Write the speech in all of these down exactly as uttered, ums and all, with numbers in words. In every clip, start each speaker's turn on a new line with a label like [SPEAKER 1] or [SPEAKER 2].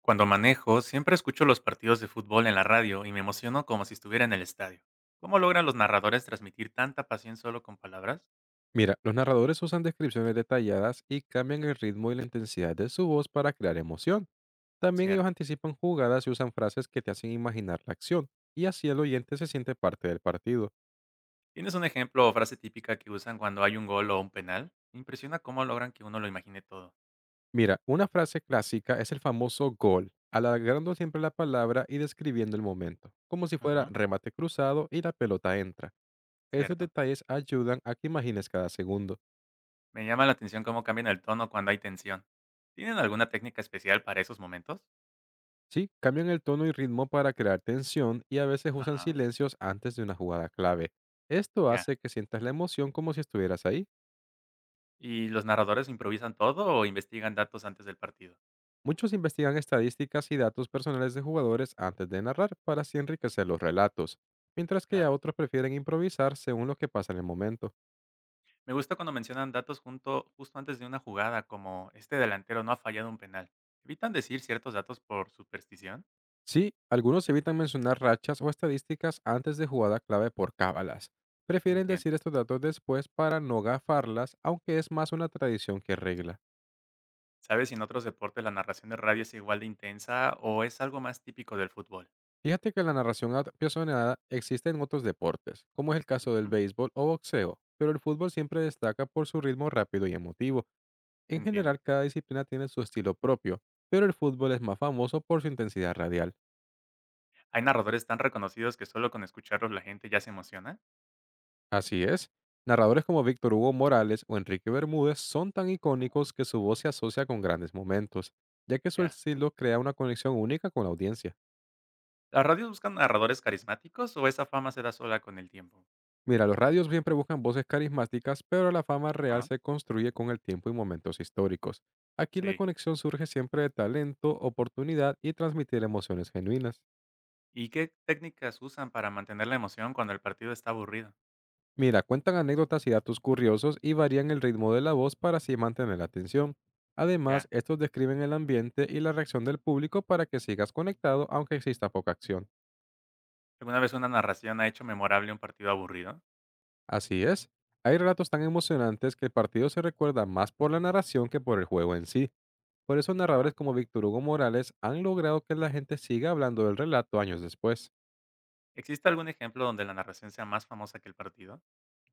[SPEAKER 1] Cuando manejo, siempre escucho los partidos de fútbol en la radio y me emociono como si estuviera en el estadio. ¿Cómo logran los narradores transmitir tanta pasión solo con palabras?
[SPEAKER 2] Mira, los narradores usan descripciones detalladas y cambian el ritmo y la intensidad de su voz para crear emoción. También ellos
[SPEAKER 1] Cierto.
[SPEAKER 2] anticipan jugadas y usan frases que te hacen imaginar la acción, y así el oyente se siente parte del partido.
[SPEAKER 1] ¿Tienes un ejemplo o frase típica que usan cuando hay un gol o un penal? Me impresiona cómo logran que uno lo imagine todo.
[SPEAKER 2] Mira, una frase clásica es el famoso gol, alargando siempre la palabra y describiendo el momento, como si fuera
[SPEAKER 1] Ujú.
[SPEAKER 2] remate cruzado y la pelota entra. Estos
[SPEAKER 1] Cierto.
[SPEAKER 2] detalles ayudan a que imagines cada segundo.
[SPEAKER 1] Me llama la atención cómo cambian el tono cuando hay tensión. ¿Tienen alguna técnica especial para esos momentos?
[SPEAKER 2] Sí, cambian el tono y ritmo para crear tensión y a veces usan
[SPEAKER 1] Ajá.
[SPEAKER 2] silencios antes de una jugada clave. Esto
[SPEAKER 1] Ya.
[SPEAKER 2] hace que sientas la emoción como si estuvieras ahí.
[SPEAKER 1] ¿Y los narradores improvisan todo o investigan datos antes del partido?
[SPEAKER 2] Muchos investigan estadísticas y datos personales de jugadores antes de narrar para así enriquecer los relatos, mientras que ya
[SPEAKER 1] Claro.
[SPEAKER 2] otros prefieren improvisar según lo que pasa en el momento.
[SPEAKER 1] Me gusta cuando mencionan datos junto, justo antes de una jugada, como este delantero no ha fallado un penal. ¿Evitan decir ciertos datos por superstición?
[SPEAKER 2] Sí, algunos evitan mencionar rachas o estadísticas antes de jugada clave por cábalas. Prefieren
[SPEAKER 1] Entiendo.
[SPEAKER 2] decir estos datos después para no gafarlas, aunque es más una tradición que regla.
[SPEAKER 1] ¿Sabes si en otros deportes la narración de radio es igual de intensa o es algo más típico del fútbol?
[SPEAKER 2] Fíjate que la narración ap- apasionada existe en otros deportes, como es el caso del
[SPEAKER 1] Ujú.
[SPEAKER 2] béisbol o boxeo, pero el fútbol siempre destaca por su ritmo rápido y emotivo. En
[SPEAKER 1] Entiendo.
[SPEAKER 2] general, cada disciplina tiene su estilo propio, pero el fútbol es más famoso por su intensidad radial.
[SPEAKER 1] ¿Hay narradores tan reconocidos que solo con escucharlos la gente ya se emociona?
[SPEAKER 2] Así es, narradores como Víctor Hugo Morales o Enrique Bermúdez son tan
[SPEAKER 1] Ah.
[SPEAKER 2] icónicos que su voz se asocia con grandes momentos, ya que su
[SPEAKER 1] Ya.
[SPEAKER 2] estilo crea una conexión única con la audiencia.
[SPEAKER 1] ¿Las radios buscan narradores carismáticos o esa fama se da sola con el tiempo?
[SPEAKER 2] Mira, los radios siempre buscan voces carismáticas, pero la fama real
[SPEAKER 1] Ajá.
[SPEAKER 2] se construye con el tiempo y momentos históricos. Aquí la
[SPEAKER 1] Sí.
[SPEAKER 2] conexión surge siempre de talento, oportunidad y transmitir emociones genuinas.
[SPEAKER 1] ¿Y qué técnicas usan para mantener la emoción cuando el partido está aburrido?
[SPEAKER 2] Mira, cuentan anécdotas y datos curiosos y varían el ritmo de la voz para así mantener la atención. Además,
[SPEAKER 1] Ya.
[SPEAKER 2] estos describen el ambiente y la reacción del público para que sigas conectado aunque exista poca acción.
[SPEAKER 1] ¿Alguna vez una narración ha hecho memorable un partido aburrido?
[SPEAKER 2] Así es, hay relatos tan emocionantes que el partido se recuerda más por la narración que por el juego en sí. Por eso
[SPEAKER 1] Ajá.
[SPEAKER 2] narradores como Víctor Hugo Morales han logrado que la gente siga hablando del relato años después.
[SPEAKER 1] ¿Existe algún ejemplo donde la narración sea más famosa que el partido?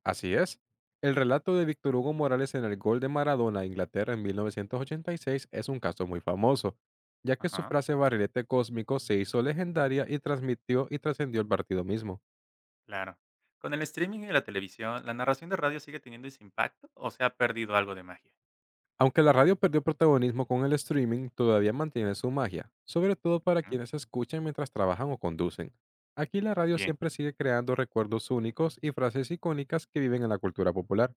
[SPEAKER 2] Así es. El relato de Víctor Hugo Morales en el gol de Maradona a Inglaterra en mil novecientos ochenta y seis es un caso muy famoso, ya que su
[SPEAKER 1] Ajá,
[SPEAKER 2] frase barrilete cósmico se hizo legendaria y transmitió y trascendió el partido mismo.
[SPEAKER 1] claro. ¿Con el streaming y la televisión, la narración de radio sigue teniendo ese impacto o se ha perdido algo de magia?
[SPEAKER 2] Aunque la radio perdió protagonismo con el streaming, todavía mantiene su magia, sobre todo para
[SPEAKER 1] Ujú.
[SPEAKER 2] quienes escuchan mientras trabajan o conducen. Aquí la radio
[SPEAKER 1] Bien.
[SPEAKER 2] siempre sigue creando recuerdos únicos y frases icónicas que viven en la cultura popular.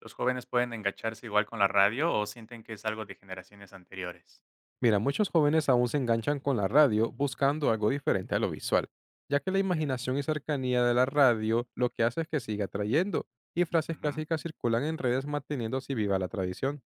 [SPEAKER 1] ¿Los jóvenes pueden engancharse igual con la radio o sienten que es algo de generaciones anteriores?
[SPEAKER 2] Mira, muchos jóvenes aún se enganchan con la radio buscando algo diferente a lo visual, ya que la
[SPEAKER 1] Ya.
[SPEAKER 2] imaginación y cercanía de la radio lo que hace es que siga atrayendo, y frases
[SPEAKER 1] Ujú.
[SPEAKER 2] clásicas circulan en redes manteniendo así viva la tradición.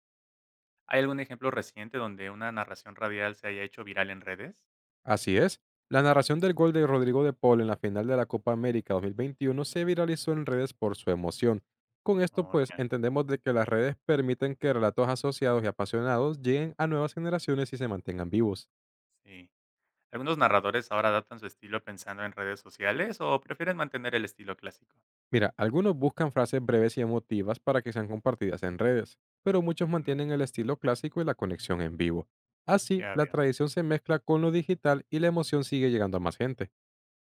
[SPEAKER 1] ¿Hay algún ejemplo reciente donde una narración radial se haya hecho viral en redes?
[SPEAKER 2] Así es, la narración del gol de Rodrigo de Paul en la final de la Copa América dos mil veintiuno se viralizó en redes por su emoción. Con esto
[SPEAKER 1] Oh,
[SPEAKER 2] pues
[SPEAKER 1] ya,
[SPEAKER 2] entendemos de que las redes permiten que relatos asociados y apasionados lleguen a nuevas generaciones y se mantengan vivos.
[SPEAKER 1] sí. ¿Algunos narradores ahora adaptan su estilo pensando en redes sociales o prefieren mantener el estilo clásico?
[SPEAKER 2] Mira, algunos buscan frases breves y emotivas para que sean compartidas en redes, pero muchos
[SPEAKER 1] Ujú,
[SPEAKER 2] mantienen el estilo clásico y la conexión en vivo. Así,
[SPEAKER 1] ya
[SPEAKER 2] la
[SPEAKER 1] veo.
[SPEAKER 2] tradición se mezcla con lo digital y la emoción sigue llegando a más gente.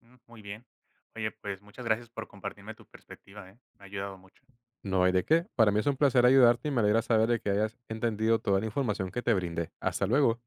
[SPEAKER 1] Mm, muy bien. Oye, pues, muchas gracias por compartirme tu perspectiva, ¿eh? Me ha ayudado mucho.
[SPEAKER 2] No hay de qué. Para mí es un placer ayudarte y me alegra saber de que hayas entendido toda la información que te brindé. Hasta luego.